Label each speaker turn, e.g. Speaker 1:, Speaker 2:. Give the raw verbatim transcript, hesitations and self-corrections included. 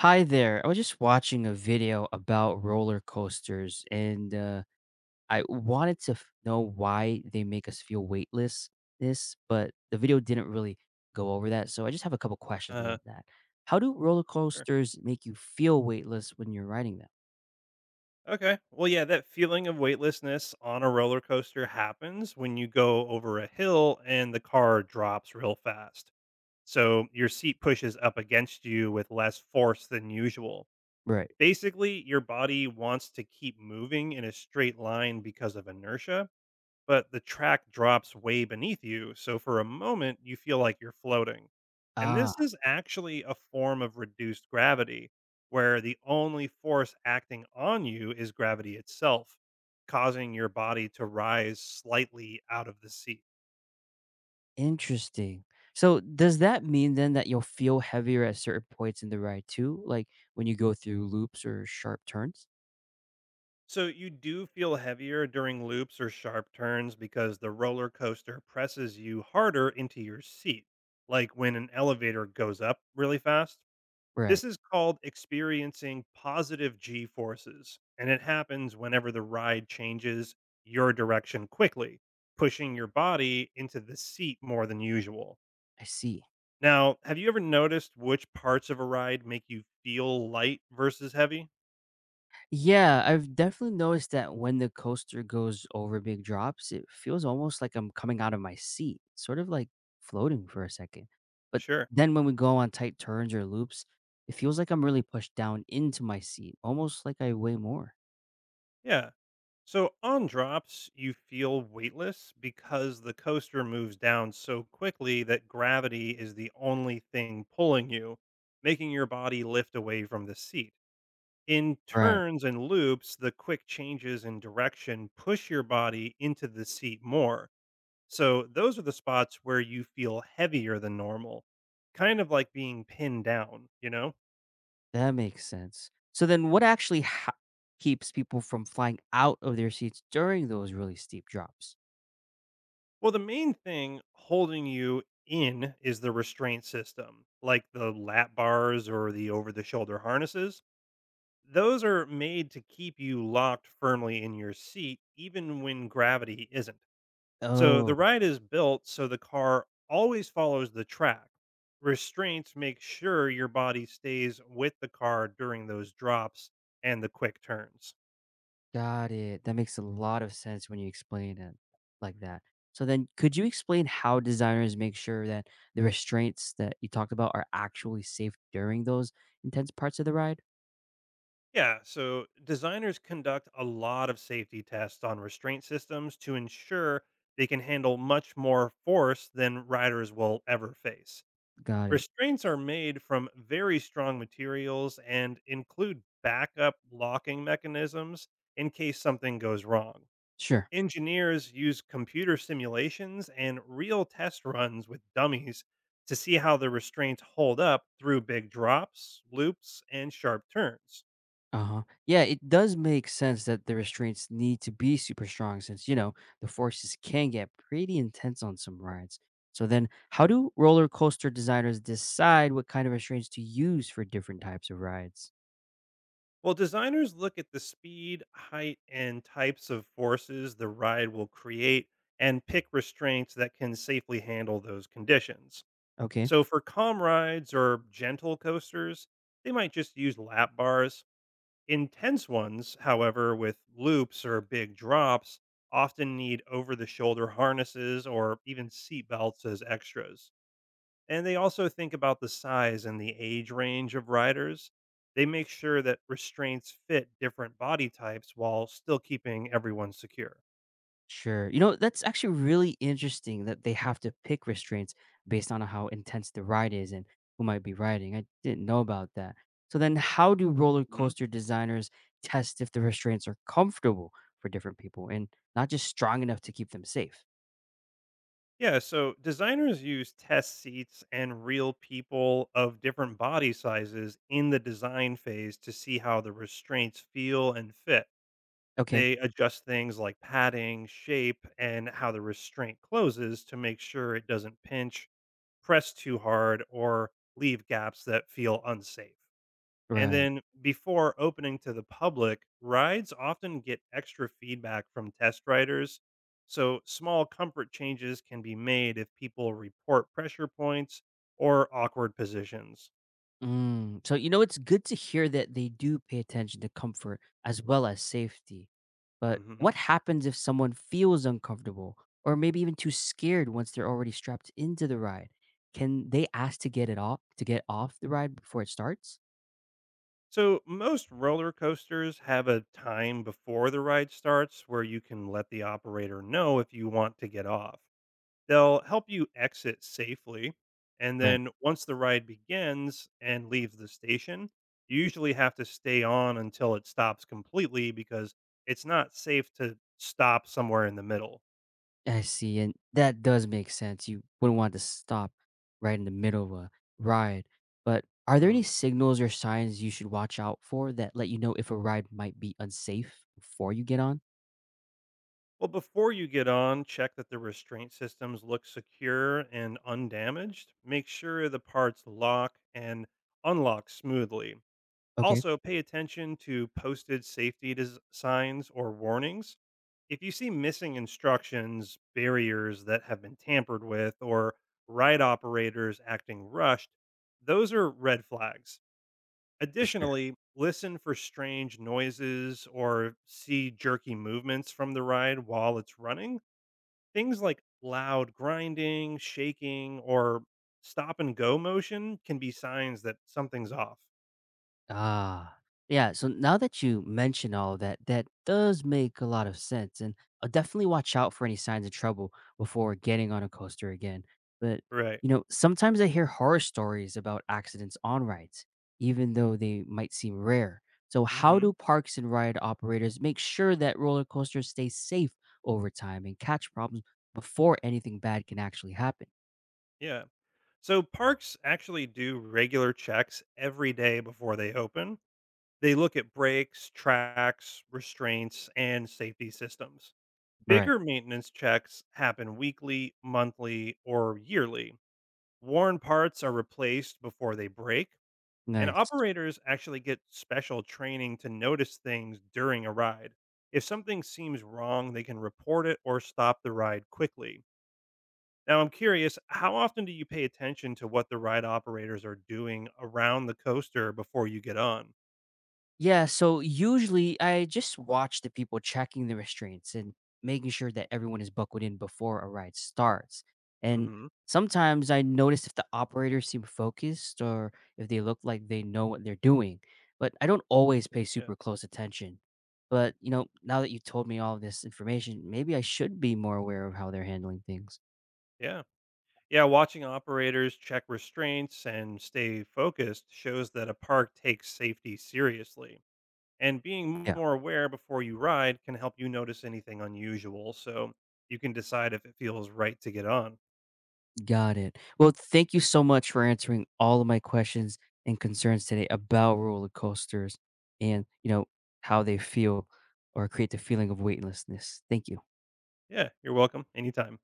Speaker 1: Hi there. I was just watching a video about roller coasters and uh, I wanted to f- know why they make us feel weightless this, but the video didn't really go over that. So I just have a couple questions
Speaker 2: uh
Speaker 1: on that. How do roller
Speaker 2: Sure.
Speaker 1: coasters make you feel weightless when you're riding them?
Speaker 2: Okay. Well, yeah, that feeling of weightlessness on a roller coaster happens when you go over a hill and the car drops real fast. So your seat pushes up against you with less force than usual.
Speaker 1: Right.
Speaker 2: Basically, your body wants to keep moving in a straight line because of inertia, but the track drops way beneath you. So for a moment, you feel like you're floating. And this
Speaker 1: Ah,
Speaker 2: is actually a form of reduced gravity, where the only force acting on you is gravity itself, causing your body to rise slightly out of the seat.
Speaker 1: interesting. So does that mean then that you'll feel heavier at certain points in the ride too, like when you go through loops or sharp turns?
Speaker 2: So you do feel heavier during loops or sharp turns because the roller coaster presses you harder into your seat, like when an elevator goes up really fast.
Speaker 1: Right.
Speaker 2: This is called experiencing positive g forces, and it happens whenever the ride changes your direction quickly, pushing your body into the seat more than usual.
Speaker 1: I see.
Speaker 2: Now, have you ever noticed which parts of a ride make you feel light versus heavy?
Speaker 1: Yeah, I've definitely noticed that when the coaster goes over big drops, it feels almost like I'm coming out of my seat, sort of like floating for a second. But
Speaker 2: Sure.
Speaker 1: then when we go on tight turns or loops, it feels like I'm really pushed down into my seat, almost like I weigh more.
Speaker 2: Yeah. So on drops, you feel weightless because the coaster moves down so quickly that gravity is the only thing pulling you, making your body lift away from the seat. In
Speaker 1: Right.
Speaker 2: turns and loops, the quick changes in direction push your body into the seat more. So, those are the spots where you feel heavier than normal, kind of like being pinned down, you know?
Speaker 1: That makes sense. So then what actually ha- keeps people from flying out of their seats during those really steep drops?
Speaker 2: Well, the main thing holding you in is the restraint system, like the lap bars or the over the shoulder harnesses. Those are made to keep you locked firmly in your seat, even when gravity isn't. So the
Speaker 1: Oh,
Speaker 2: ride is built so the car always follows the track. Restraints make sure your body stays with the car during those drops and the quick turns.
Speaker 1: got it. That makes a lot of sense when you explain it like that. So then could you explain how designers make sure that the restraints that you talked about are actually safe during those intense parts of the ride?
Speaker 2: Yeah, so designers conduct a lot of safety tests on restraint systems to ensure they can handle much more force than riders will ever face.
Speaker 1: Got it.
Speaker 2: Restraints are made from very strong materials and include backup locking mechanisms in case something goes wrong.
Speaker 1: Sure.
Speaker 2: Engineers use computer simulations and real test runs with dummies to see how the restraints hold up through big drops, loops, and sharp turns.
Speaker 1: Uh-huh. Yeah, it does make sense that the restraints need to be super strong since, you know, the forces can get pretty intense on some rides. So then how do roller coaster designers decide what kind of restraints to use for different types of rides?
Speaker 2: While designers look at the speed, height, and types of forces the ride will create and pick restraints that can safely handle those conditions.
Speaker 1: Okay.
Speaker 2: So, for calm rides or gentle coasters, they might just use lap bars. Intense ones, however, with loops or big drops, often need over the shoulder harnesses or even seat belts as extras. And they also think about the size and the age range of riders. They make sure that restraints fit different body types while still keeping everyone secure.
Speaker 1: Sure. You know, that's actually really interesting that they have to pick restraints based on how intense the ride is and who might be riding. I didn't know about that. So then how do roller
Speaker 2: Mhm.
Speaker 1: coaster designers test if the restraints are comfortable for different people and not just strong enough to keep them safe?
Speaker 2: Yeah, so designers use test seats and real people of different body sizes in the design phase to see how the restraints feel and fit.
Speaker 1: Okay.
Speaker 2: They adjust things like padding, shape, and how the restraint closes to make sure it doesn't pinch, press too hard, or leave gaps that feel unsafe. And
Speaker 1: Right.
Speaker 2: then before opening to the public, rides often get extra feedback from test riders. So small comfort changes can be made if people report pressure points or awkward positions.
Speaker 1: Mm, so, you know, it's good to hear that they do pay attention to comfort as well as safety. But
Speaker 2: Mhm.
Speaker 1: what happens if someone feels uncomfortable or maybe even too scared once they're already strapped into the ride? Can they ask to get it off to get off the ride before it starts?
Speaker 2: So most roller coasters have a time before the ride starts where you can let the operator know if you want to get off. They'll help you exit safely. And
Speaker 1: Right.
Speaker 2: then once the ride begins and leaves the station, you usually have to stay on until it stops completely because it's not safe to stop somewhere in the middle.
Speaker 1: I see, and that does make sense. You wouldn't want to stop right in the middle of a ride. But are there any
Speaker 2: Mm.
Speaker 1: signals or signs you should watch out for that let you know if a ride might be unsafe before you get on?
Speaker 2: Well, before you get on, check that the restraint systems look secure and undamaged. Make sure the parts lock and unlock smoothly.
Speaker 1: Okay.
Speaker 2: Also, pay attention to posted safety dis- signs or warnings. If you see missing instructions, barriers that have been tampered with, or ride operators acting rushed, those are red flags.
Speaker 1: For sure.
Speaker 2: Additionally, listen for strange noises or see jerky movements from the ride while it's running. Things like loud grinding, shaking, or stop and go motion can be signs that something's off.
Speaker 1: Ah, yeah. So now that you mention all that, that does make a lot of sense. And I'll definitely watch out for any signs of trouble before getting on a coaster again. But,
Speaker 2: Right.
Speaker 1: you know, sometimes I hear horror stories about accidents on rides, even though they might seem rare. So, how
Speaker 2: Hmm.
Speaker 1: do parks and ride operators make sure that roller coasters stay safe over time and catch problems before anything bad can actually happen?
Speaker 2: Yeah. So parks actually do regular checks every day before they open. They look at brakes, tracks, restraints, and safety systems.
Speaker 1: Right.
Speaker 2: Bigger maintenance checks happen weekly, monthly, or yearly. Worn parts are replaced before they break, and
Speaker 1: Nice.
Speaker 2: operators actually get special training to notice things during a ride. If something seems wrong, they can report it or stop the ride quickly. Now, I'm curious, how often do you pay attention to what the ride operators are doing around the coaster before you get on?
Speaker 1: Yeah, so usually I just watch the people checking the restraints and making sure that everyone is buckled in before a ride starts. And
Speaker 2: Hmm.
Speaker 1: sometimes I notice if the operators seem focused or if they look like they know what they're doing, but I don't always pay
Speaker 2: Yeah.
Speaker 1: super close attention. But, you know, now that you told me all this information, maybe I should be more aware of how they're handling things.
Speaker 2: Yeah. Yeah. Watching operators check restraints and stay focused shows that a park takes safety seriously. And being more aware before you ride can help you notice anything unusual so you can decide if it feels right to get on.
Speaker 1: Got it. Well, thank you so much for answering all of my questions and concerns today about roller coasters and, you know, how they feel or create the feeling of weightlessness. Thank you.
Speaker 2: Yeah, you're welcome anytime.